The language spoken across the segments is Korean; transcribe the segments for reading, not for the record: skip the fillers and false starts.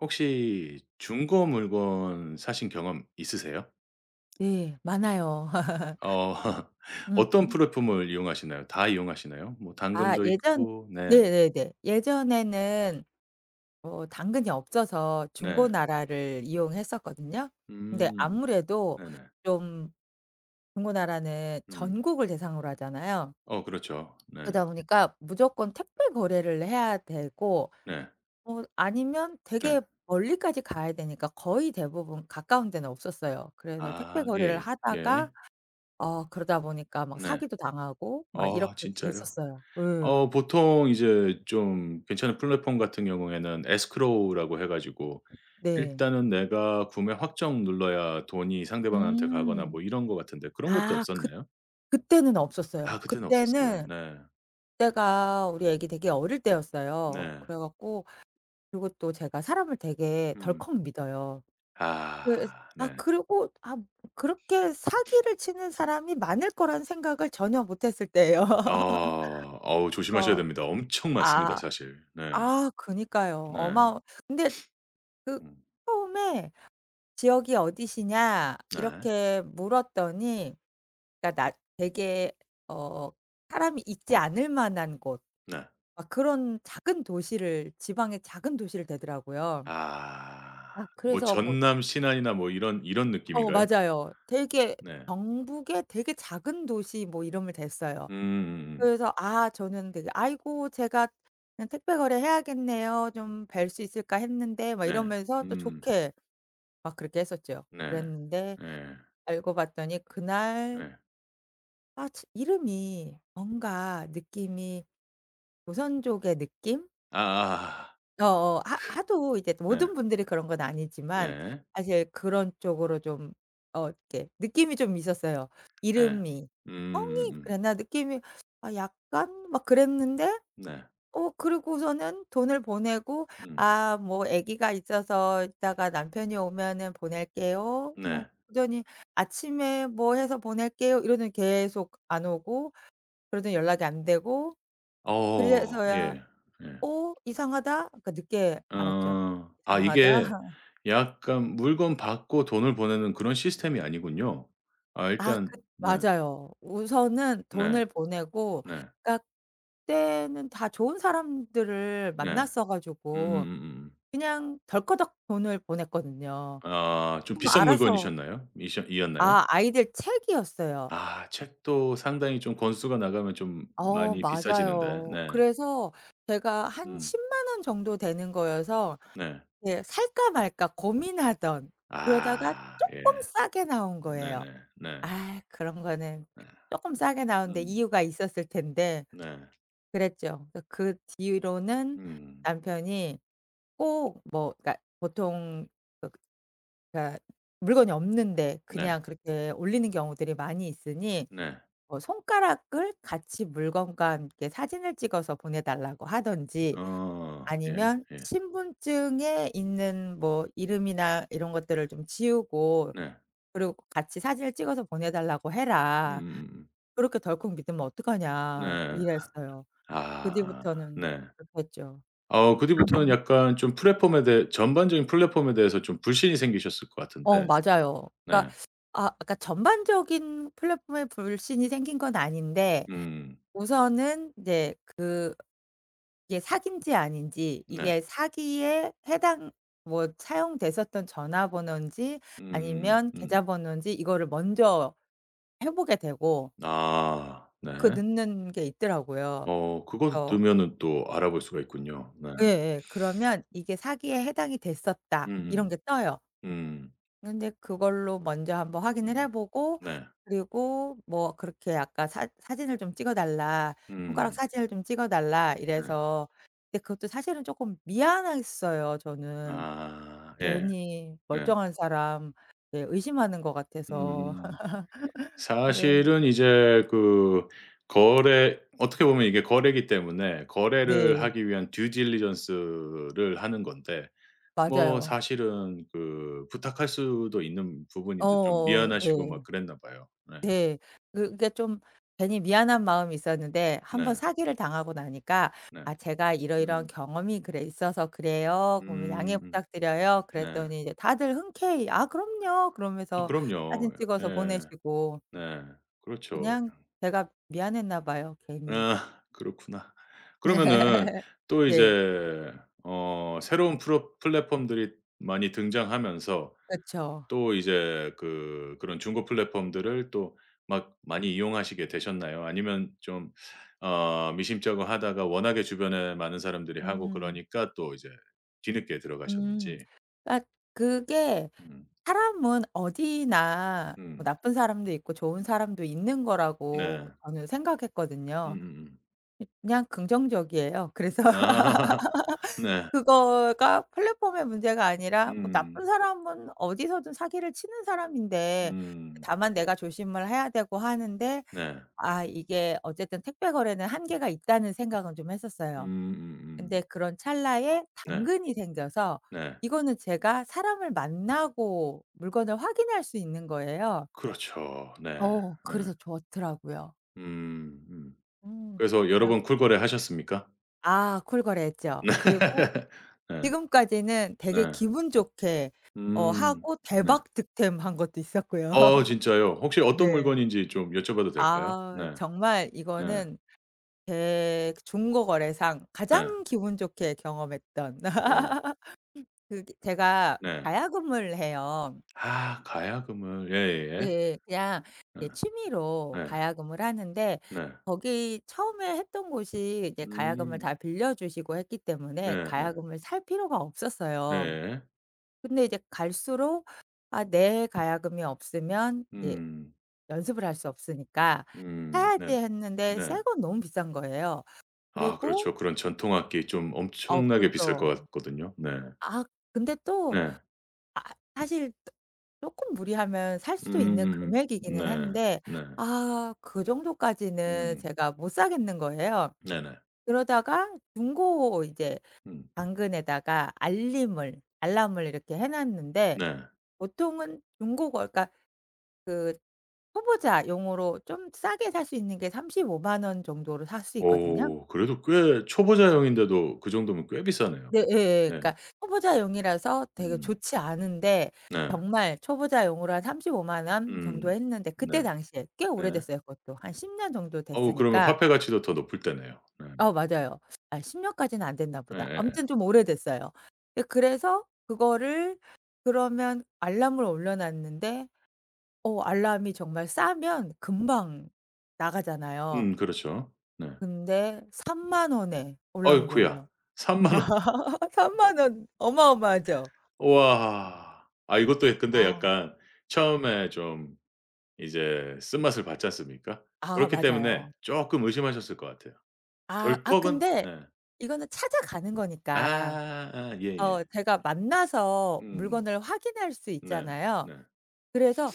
혹시 중고 물건 사신 경험 있으세요? 네. 많아요. 어 어떤 음. 플랫폼을 이용하시나요? 다 이용하시나요? 뭐 아 당근도 예전 있고 네. 네네네. 예전에는 당근이 없어서 네. 중고나라를 이용했었거든요. 근데 음. 아무래도 네네. 좀 중고나라는 음. 전국을 대상으로 하잖아요. 어 그렇죠. 네. 그러다 보니까 무조건 택배 거래를 해야 되고 네. 아니면 네. 되게 멀리까지 가야 되니까 거의 대부분 가까운 데는 없었어요. 그래서 택배 아 거래를 예예. 예. 하다가 예. 그러다 보니까 막 네. 사기도 당하고 막 아 이렇게 진짜요? 됐었어요. 예. 어 보통 이제 좀 괜찮은 플랫폼 같은 경우에는 escrow라고 해 가지고 네. 일단은 내가 구매 확정 눌러야 돈이 상대방한테 가거나 음. 뭐 이런 것 같은데 그런 것도 아 그 없었나요? 그때는 없었어요. 아 그때는 없었어요. 그때는 네. 그때가 우리 애기 되게 어릴 때였어요. 네. 그래 갖고 그리고 또 제가 사람을 되게 음. 덜컥 믿어요. 그 아 아 네. 그리고 아 그렇게 사기를 치는 사람이 많을 거란 생각을 전혀 못 했을 때예요. 어. 어우 조심하셔야 어 됩니다. 엄청 많습니다 아 사실. 네. 그니까요. 네. 어마어 근데 그 음. 처음에 "지역이 어디시냐?" 네. 이렇게 물었더니 그러니까 나 되게 어 사람이 있지 않을 만한 곳, 네. 막 그런 작은 도시를, 지방의 작은 도시를 되더라고요. 아. 아. 뭐 그래서 뭐 다 전남 신안이나 뭐 이런 느낌인가요? 맞아요. 되게 네. 경북의 되게 작은 도시 뭐 이름을 댔어요. 음음음. 그래서 아 저는 되게 '아이고 제가 그냥 택배 거래해야겠네요. 좀 뵐 수 있을까?' 했는데 막 네. 이러면서 또 음. 좋게 막 그렇게 했었죠. 네. 그랬는데 예. 알고 봤더니 그날 예. 아 지 이름이 뭔가 느낌이 조선족의 느낌? 아아아. 어어. 하 하도 이제 네. 모든 분들이 그런 건 아니지만 네. 사실 그런 쪽으로 좀 이렇게 느낌이 좀 있었어요. 예. 이름이 성이 음음음. 그랬나 느낌이 아 약간 막 그랬는데 네. 그러고서는 돈을 보내고 음. "아 뭐 아기가 있어서 이따가 남편이 오면은 보낼게요." 뭐 네. 그러더니 "아침에 뭐 해서 보낼게요." 이러더니 계속 안 오고 그러더니 연락이 안 되고 어. 예. 그래서야 예. '어 이상하다.' 그러니까 늦게 알았죠. 어. 아 '이상하다.' 이게 약간 물건 받고 돈을 보내는 그런 시스템이 아니군요. 아 일단 네. 맞아요. 우선은 네. 돈을 보내고 네. 그러니까 그때는 다 좋은 사람들을 네. 만났어 가지고 음음음음. 그냥 덜커덕 돈을 보냈거든요. 아 좀 그럼 비싼 알아서 물건이셨나요? 이셔 이었나요? 아 아이들 책이었어요. 아 책도 상당히 좀 권수가 나가면 좀 어 많이 비싸지는데. 맞아요. 네. 그래서 제가 한 음. 1 0원 정도 되는 거여서 네. 예 살까 말까 고민하던 그러다가 아 예. 쪼끔 싸게 나온 거예요. 네네. 네. 아 그런 거는 네. 네. 조금 싸게 나오는데 음. 이유가 있었을 텐데 네. 그랬죠. 그래서 그 뒤로는 음. 남편이 꼭 뭐 그러니까 보통 그 그러니까 물건이 없는데 네. 그냥 그렇게 올리는 경우들이 많이 있으니 네. 뭐 손가락을 같이 물건과 함께 사진을 찍어서 보내 달라고 하든지 어. 예. 아니면 예. 신분증에 있는 뭐 이름이나 이런 것들을 좀 지우고 네. 그리고 같이 사진을 찍어서 보내 달라고 해라. 음음음음. 그렇게 덜컥 믿으면 어떡하냐 네. 이랬어요. 그 아 뒤부터는 네. 못했죠. 어 그 뒤부터는 약간 좀 플랫폼에 대해 전반적인 플랫폼에 대해서 좀 불신이 생기셨을 것 어 같은데. 맞아요. 네. 그러니까 전반적인 플랫폼에 불신이 생긴 건 아닌데 음. 우선은 인제 그게 사기인지 아닌지 네. 이게 사기에 해당 뭐 사용됐었던 전화번호인지 음 아니면 음. 계좌번호인지 이거를 먼저 해 보게 되고 아 네. 그 늦는 게 있더라고요. 어 그거 어 넣으면은 또 알아볼 수가 있군요. 네. 예예. 그러면 이게 사기에 해당이 됐었다 이런 음음. 게 떠요. 음. 근데 그걸로 먼저 한번 확인을 음. 해 보고 네. 그리고 뭐 그렇게 아까 사 "사진을 좀 찍어 달라. 손가락 음. 사진을 좀 찍어 달라." 네. 이래서 근데 그것도 사실은 조금 미안했어요, 저는. 아 예. 괜히 네. 멀쩡한 사람 예 의심하는 것 같아서. 음. 네. 사실은 이제 그 거래 어떻게 보면 이게 거래기 때문에 거래를 네. 하기 위한 due diligence를 하는 건데, 뭐 맞아요. 사실은 그 부탁할 수도 있는 부분인데 좀 어 네. 미안하시고 막 그랬나 봐요. 네. 네. 그게 좀 괜히 미안한 마음이 있었는데 한 번 네. 사기를 당하고 나니까 네. "아 제가 이러이러한 음. 경험이 그래 있어서 그래요. 그러면 양해 음음. 부탁드려요." 네. 그랬더니 이제 다들 흔쾌히 "아 그럼요." 어 그러면서 사진 그럼요. 찍어서 예. 보내시고 네. 그렇죠. 그냥 제가 미안했나 봐요 괜히. 아 그렇구나. 그러면은 또 네. 이제 어 새로운 프로 플랫폼들이 많이 등장하면서 그쵸. 또 이제 그런 중고 플랫폼들을 또 막 많이 이용하시게 되셨나요? 아니면 좀 어 미심쩍어 하다가 워낙에 주변에 많은 사람들이 하고 음. 그러니까 또 이제 뒤늦게 음. 들어가셨는지. 그러니까 그게 음. 사람은 어디나 음. 뭐 나쁜 사람도 있고 좋은 사람도 있는 네. 거라고 저는 생각했거든요. 음음음. 그냥 긍정적이에요. 그래서 아. 네. 그거가 플랫폼의 문제가 아니라 뭐 음. 나쁜 사람은 어디서든 사기를 치는 사람인데 음. 다만 내가 조심을 해야 되고 하는데 네. 아 이게 어쨌든 택배 거래는 한계가 있다는 생각은 좀 했었어요. 음음음. 근데 그런 찰나에 네. 당근이 생겨서 네. 이거는 제가 사람을 만나고 물건을 확인할 수 있는 거예요. 그렇죠. 네. 어 예. 그래서 좋더라고요. 음 음. 음. 그래서 여러 그래 갖 번 쿨거래 하셨습니까? 아 콜 네. 거래했죠. 그리고 네. 지금까지는 되게 네. 기분 좋게 음. 하고 네. 대박 득템한 것도 있었고요. 어 진짜요? 혹시 어떤 네. 물건인지 좀 여쭤봐도 될까요? 아 네. 정말 네. 이거는 제 중고 거래상 네. 가장 기분 좋게 경험했던 어. 그게 제가 네. 가야금을 해요. 아 가야금을. 예예예. 네. 그냥 네. 이제 취미로 네. 가야금을 하는데 네. 거기 처음에 했던 곳이 이제 가야금을 음. 다 빌려 주시고 했기 때문에 네네. 네. 가야금을 살 필요가 없었어요. 네. 근데 이제 갈수록 아 내 가야금이 없으면 이제 음. 연습을 할 수 없으니까 음. 네. 사야지 했는데 네. 새 건 너무 비싼 거예요. 아 그리고 그렇죠. 그런 전통 악기 좀 어 엄청나게 비쌀 것 그쵸. 같거든요. 네. 아 근데 또 네. 아 사실 조금 무리하면 살 수도 있는 음음음. 네. 금액이기는 한데 네. 아 그 정도까지는 음. 제가 못 사겠는 거예요. 네네. 그러다가 중고 이제 음. 당근에다가 알림을 알람을 이렇게 해 놨는데 네. 보통은 중고 거 그러니까 초보자 용으로 좀 싸게 살 수 있는 게 3 5만원 정도로 살 수 있거든요. 오, 그래도 꽤 초보자형인데도 그 정도면 꽤 비싸네요. 네 예예. 네. 그러니까 초보자용이라서 되게 음. 좋지 않은데 네. 정말 초보자용으로 한 3 5만원 정도 음. 했는데 네. 그때 당시에 꽤 네. 오래됐어요, 그것도. 한 10년 정도 어우 그러면 됐으니까 화폐 가치도 더 높을 때네요. 네. 어 맞아요. 아 10 년까지는 안 됐나 보다. 예예예. 아무튼 좀 오래됐어요. 예 그래서 그거를 그러면 알람을 올려 놨는데 알람이 정말 싸면 금방 나가잖아요. 그렇죠. 네. 근데 3만 원에 올라온 어이쿠야. 거예요. 3만 원. 3만원 어마어마하죠. 우와. 아 이것도 근데 아. 약간 처음에 좀 이제 쓴맛을 봤지 않습니까? 아 그렇기 때문에 맞아요. 쪼끔 의심하셨을 것 같아요. 덜컥은, 근데 네. 이거는 찾아가는 거니까 아 아 어 예예. 제가 만나서 음음. 물건을 확인할 수 네. 있잖아요. 네. 그래서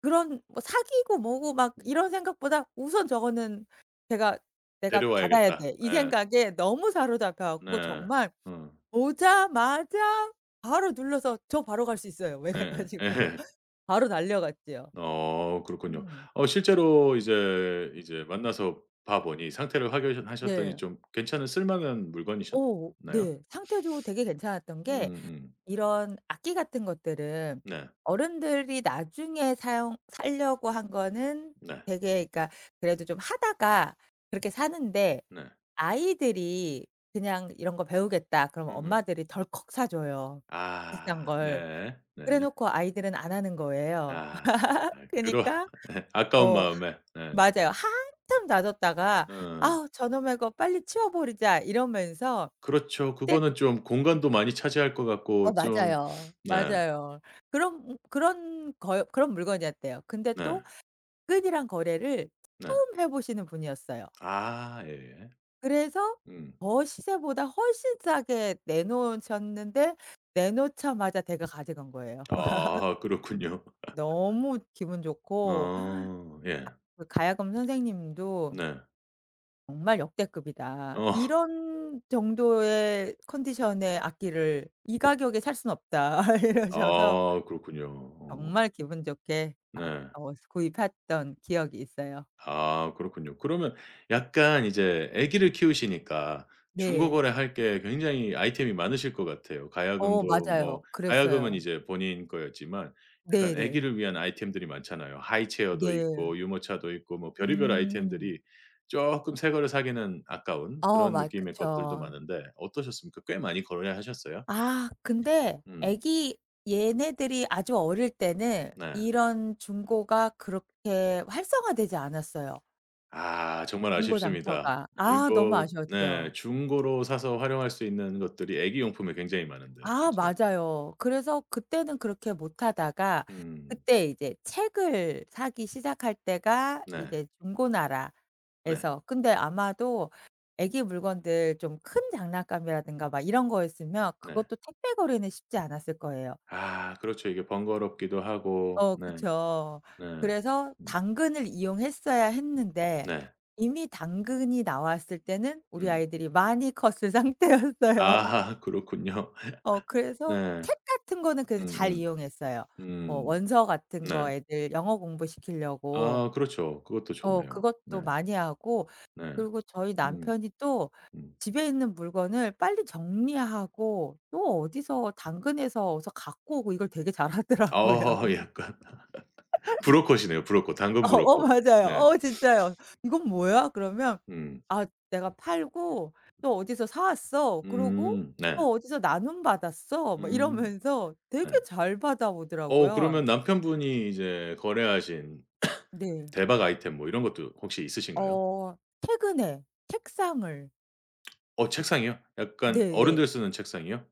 그런 뭐 사기고 뭐고 막 이런 생각보다 우선 저거는 제가 '내가 받아야 '데려와야겠다.' 돼.' 이 예. 생각에 너무 사로잡혀 갖고 네. 정말 어. 오자마자 바로 눌러서 저 바로 갈 수 있어요. 왜 그래 예. 가지고. 예. 바로 달려갔지요. 어 그렇군요. 음. 어 실제로 이제 만나서 봐 보니 상태를 확인하셨더니 네. 좀 괜찮은 쓸만한 어 물건이셨나요? 네. 상태도 되게 괜찮았던 게 음음. 이런 악기 같은 것들은 네. 어른들이 나중에 사용 사려고 한 거는 네. 되게 그러니까 그래도 좀 하다가 그렇게 사는데 네. 아이들이 그냥 "이런 거 배우겠다." 그러면 음음. 엄마들이 덜컥 사 줘요, 비싼 아 걸. 네. 네. 그래 놓고 아이들은 안 하는 거예요. 아 그런. 그니까 예 아까운 어 마음에. 네. 맞아요. 한참 다뒀다가 어. '아우 저놈의 거 빨리 치워버리자.' 이러면서 그렇죠. 그때 그거는 좀 공간도 많이 차지할 것 어 같고 좀. 맞아요. 네. 맞아요. 그런 물건이었대요. 근데 네. 또 끈이랑 거래를 네. 처음 해 보시는 분이었어요. 아 예예. 그래서 음. 더 시세보다 훨씬 싸게 내놓으셨는데 내놓자마자 댁을 가져간 거예요. 아 그렇군요. 너무 기분 좋고 아 예. 그 가야금 선생님도 네. 정말 역대급이다. 어. 이런 정도의 컨디션의 악기를 이 가격에 살 수는 없다. 이러셔서 아 그렇군요. 어 정말 기분 좋게 네. 구입했던 기억이 있어요. 아 그렇군요. 그러면 약간 이제 아기를 키우시니까 네. 중고거래 할게 굉장히 아이템이 많으실 것 같아요. 어 가야금도 맞아요. 뭐 가야금은 그랬어요. 이제 본인 거였지만 약간 네네. 아기를 위한 아이템들이 많잖아요. 하이체어도 네. 있고 유모차도 있고 뭐 별의별 음. 아이템들이 쪼끔 새 거를 사기는 아까운 어 그런 맞 느낌의 그쵸. 것들도 많은데 어떠셨습니까? 꽤 많이 거래하셨어요? 아 근데 음. 애기 얘네들이 아주 어릴 때는 네. 이런 중고가 그렇게 활성화되지 않았어요, 아 정말 중고 아쉽습니다. 장터가. 아 너무 이거 네 아쉬웠죠. 중고로 사서 활용할 수 있는 것들이 아기 용품에 굉장히 많은데. 아 그쵸? 맞아요. 그래서 그때는 그렇게 못 하다가 음. 그때 이제 책을 사기 시작할 때가 네. 이제 네. 중고나라에서 근데 아마도 애기 물건들 좀 큰 장난감이라든가 막 이런 거였으면 네. 그것도 택배 거리는 쉽지 않았을 거예요. 아 그렇죠. 이게 번거롭기도 하고. 어 네. 그쵸. 네. 그래서 음 당근을 이용했어야 했는데 네. 이미 당근이 나왔을 때는 우리 음. 아이들이 많이 컸을 아 상태였어요. 그렇군요. 어 그래서 네. 책 같은 거는 그래도 음음. 잘 이용했어요. 음. 뭐 음, 원서 같은 네. 거 애들 영어 공부시키려고 아 그렇죠. 그것도 어 좋네요. 네. 그것도 많이 하고 네. 그리고 저희 음. 남편이 또 음. 집에 있는 물건을 빨리 정리하고 또 어디서 당근에서 어디서 갖고 오고 이걸 되게 잘하더라고요. 어 약간 브로컷이네요, 브로컷. 당근 브로컷. 맞아요. 네. 어 진짜요. "이건 뭐야?" 그러면 음. "아 내가 팔고 또 어디서 사 왔어. 그러고 음. 네. 또 어디서 나눔 받았어." 막 음. 이러면서 되게 네. 잘 어 받아오더라고요. 그러면 남편분이 이제 거래하신 네. 대박 아이템 뭐 이런 것도 혹시 있으신가요? 어 최근에 책상을 어 책상이요? 약간 네네. 어른들 쓰는 책상이요?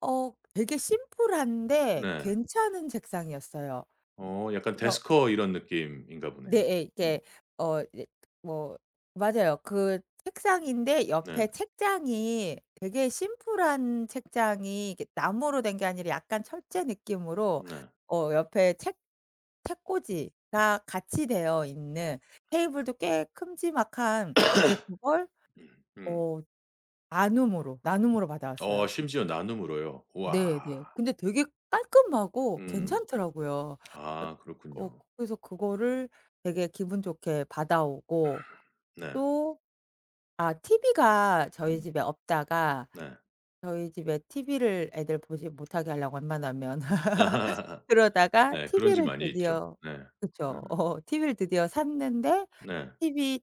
어 되게 심플한데 네. 괜찮은 책상이었어요. 어 약간 그래서 데스커 이런 느낌인가 보네요. 네 예. 음 이게 어 이제 뭐 맞아요. 그 책상인데 네. 옆에 책장이 되게 심플한 책장이 이게 나무로 된 게 아니라 약간 철제 느낌으로 네. 어 옆에 책 책꽂이가 같이 되어 있는 테이블도 꽤 큼지막한 근데 그걸 음. 어 나눔으로 어 받아왔어요. 심지어 나눔으로요? 네네. 우와. 근데 되게 깔끔하고 음. 괜찮더라고요. 그 아 어 그렇군요. 그래서 그거를 되게 기분 좋게 받아오고 네. 또 아 TV가 저희 음. 집에 없다가 네. 저희 집에 TV를 애들 보지 못하게 하려고 웬만하면 그러다가 네. 그런 집 TV를 많이 있죠. 드디어 네. 음. 그쵸. 어 TV를 드디어 샀는데 네. TV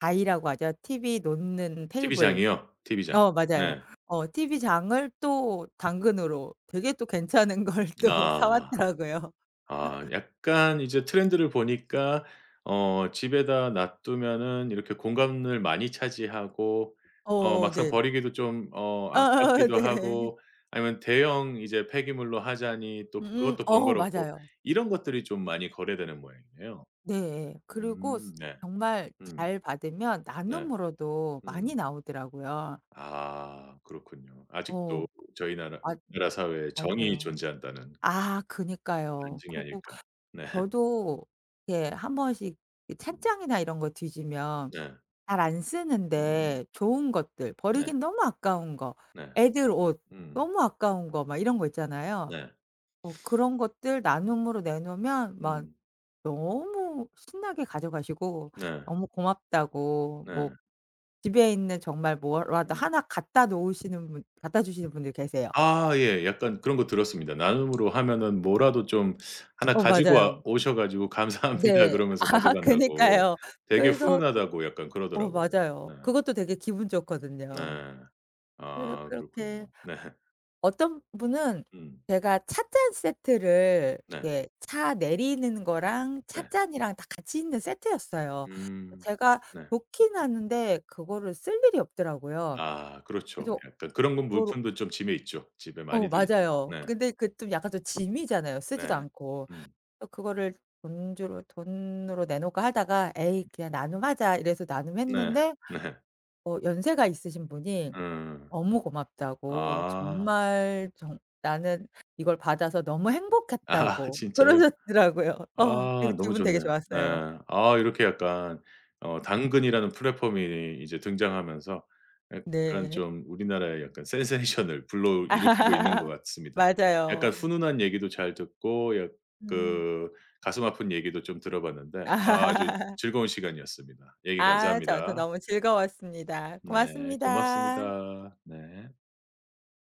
다이라고 하죠. TV 놓는 테이블. TV장이요? TV장. 어 맞아요. 네. 어 TV장을 또 당근으로 되게 또 괜찮은 걸 또 사 아. 왔더라고요. 아 약간 이제 트렌드를 보니까 어 집에다 놔두면은 이렇게 공간을 많이 차지하고 어 어어 막상 네. 버리기도 좀 어 아아 아깝기도 네. 하고 아니면 대형 이제 폐기물로 하자니 또 음음 그것도 어 번거롭고 맞아요. 이런 것들이 좀 많이 거래되는 모양이네요. 네. 그리고 스 네. 정말 음 잘 받으면 네. 나눔으로도 많이 음. 나오더라고요. 아 그렇군요. 아직도 어 저희 나라 맞 우리나라 사회에 정이 맞아요. 존재한다는 아 그니까요. 반증이 그리고 아닐까. 네. 저도 이렇게 한 번씩 이 음 찬장이나 이런 거 뒤지면 네. 잘 안 음음음. 쓰는데 좋은 것들 네. 버리긴 너무 아까운 거, 네. 애들 옷 음. 너무 아까운 거 막 이런 거 있잖아요. 네. 어 그런 것들 나눔으로 내놓으면 막 음. 너무 신나게 가져가시고 네. 너무 고맙다고 뭐 네. 집에 있는 정말 뭐라도 음. 하나 갖다 놓으시는 분 갖다 주시는 분들 계세요. 아 예. 약간 그런 거 들었습니다. 나눔으로 하면은 뭐라도 좀 하나 어 가지고 맞아요. 와 오셔 가지고 "감사합니다." 네. 그러면서 아 가져간다고 그니까요. 되게 그래서 또 훈훈하다고 약간 어 그러더라고요. 네. 맞아요. 그것도 되게 기분 좋거든요. 네. 그래서 아 그렇게 그렇군요. 네. 어떤 분은 음. 제가 찻잔 세트를 네. 이렇게 차 내리는 거랑 네. 찻잔이랑 다 같이 있는 세트였어요. 음. 제가 네. 좋긴 하는데 그거를 쓸 일이 없더라고요. 아 그렇죠. 그래서 약간 그런 건 그거를 물품도 좀 집에 있죠. 집에 어 많이들 있죠. 맞아요. 네. 근데 그 좀 약간 좀 짐이잖아요, 쓰지도 네. 않고. 음. 그래서 그거를 돈 주로 돈으로 내놓을까 하다가 '에이 그냥 나눔하자.' 이래서 네. 나눔했는데 네. 어 연세가 있으신 분이 음. 너무 고맙다고 아. 정말 정 "나는 이걸 받아서 너무 아 행복했다."고 진짜요? 그러셨더라고요. 어 아 그래서 너무 기분 되게 좋네요. 네. 좋았어요. 아 이렇게 약간 어 당근이라는 플랫폼이 이제 등장하면서 약간 네. 좀 우리나라의 약간 센세이션을 불러일으키고 있는 것 같습니다. 약간 맞아요. 훈훈한 얘기도 잘 듣고 약 음. 그 가슴 아픈 얘기도 좀 들어봤는데 아 아주 즐거운 시간이었습니다. 얘기 아 저도 감사합니다. 너무 즐거웠습니다. 네 고맙습니다. 고맙습니다. 네.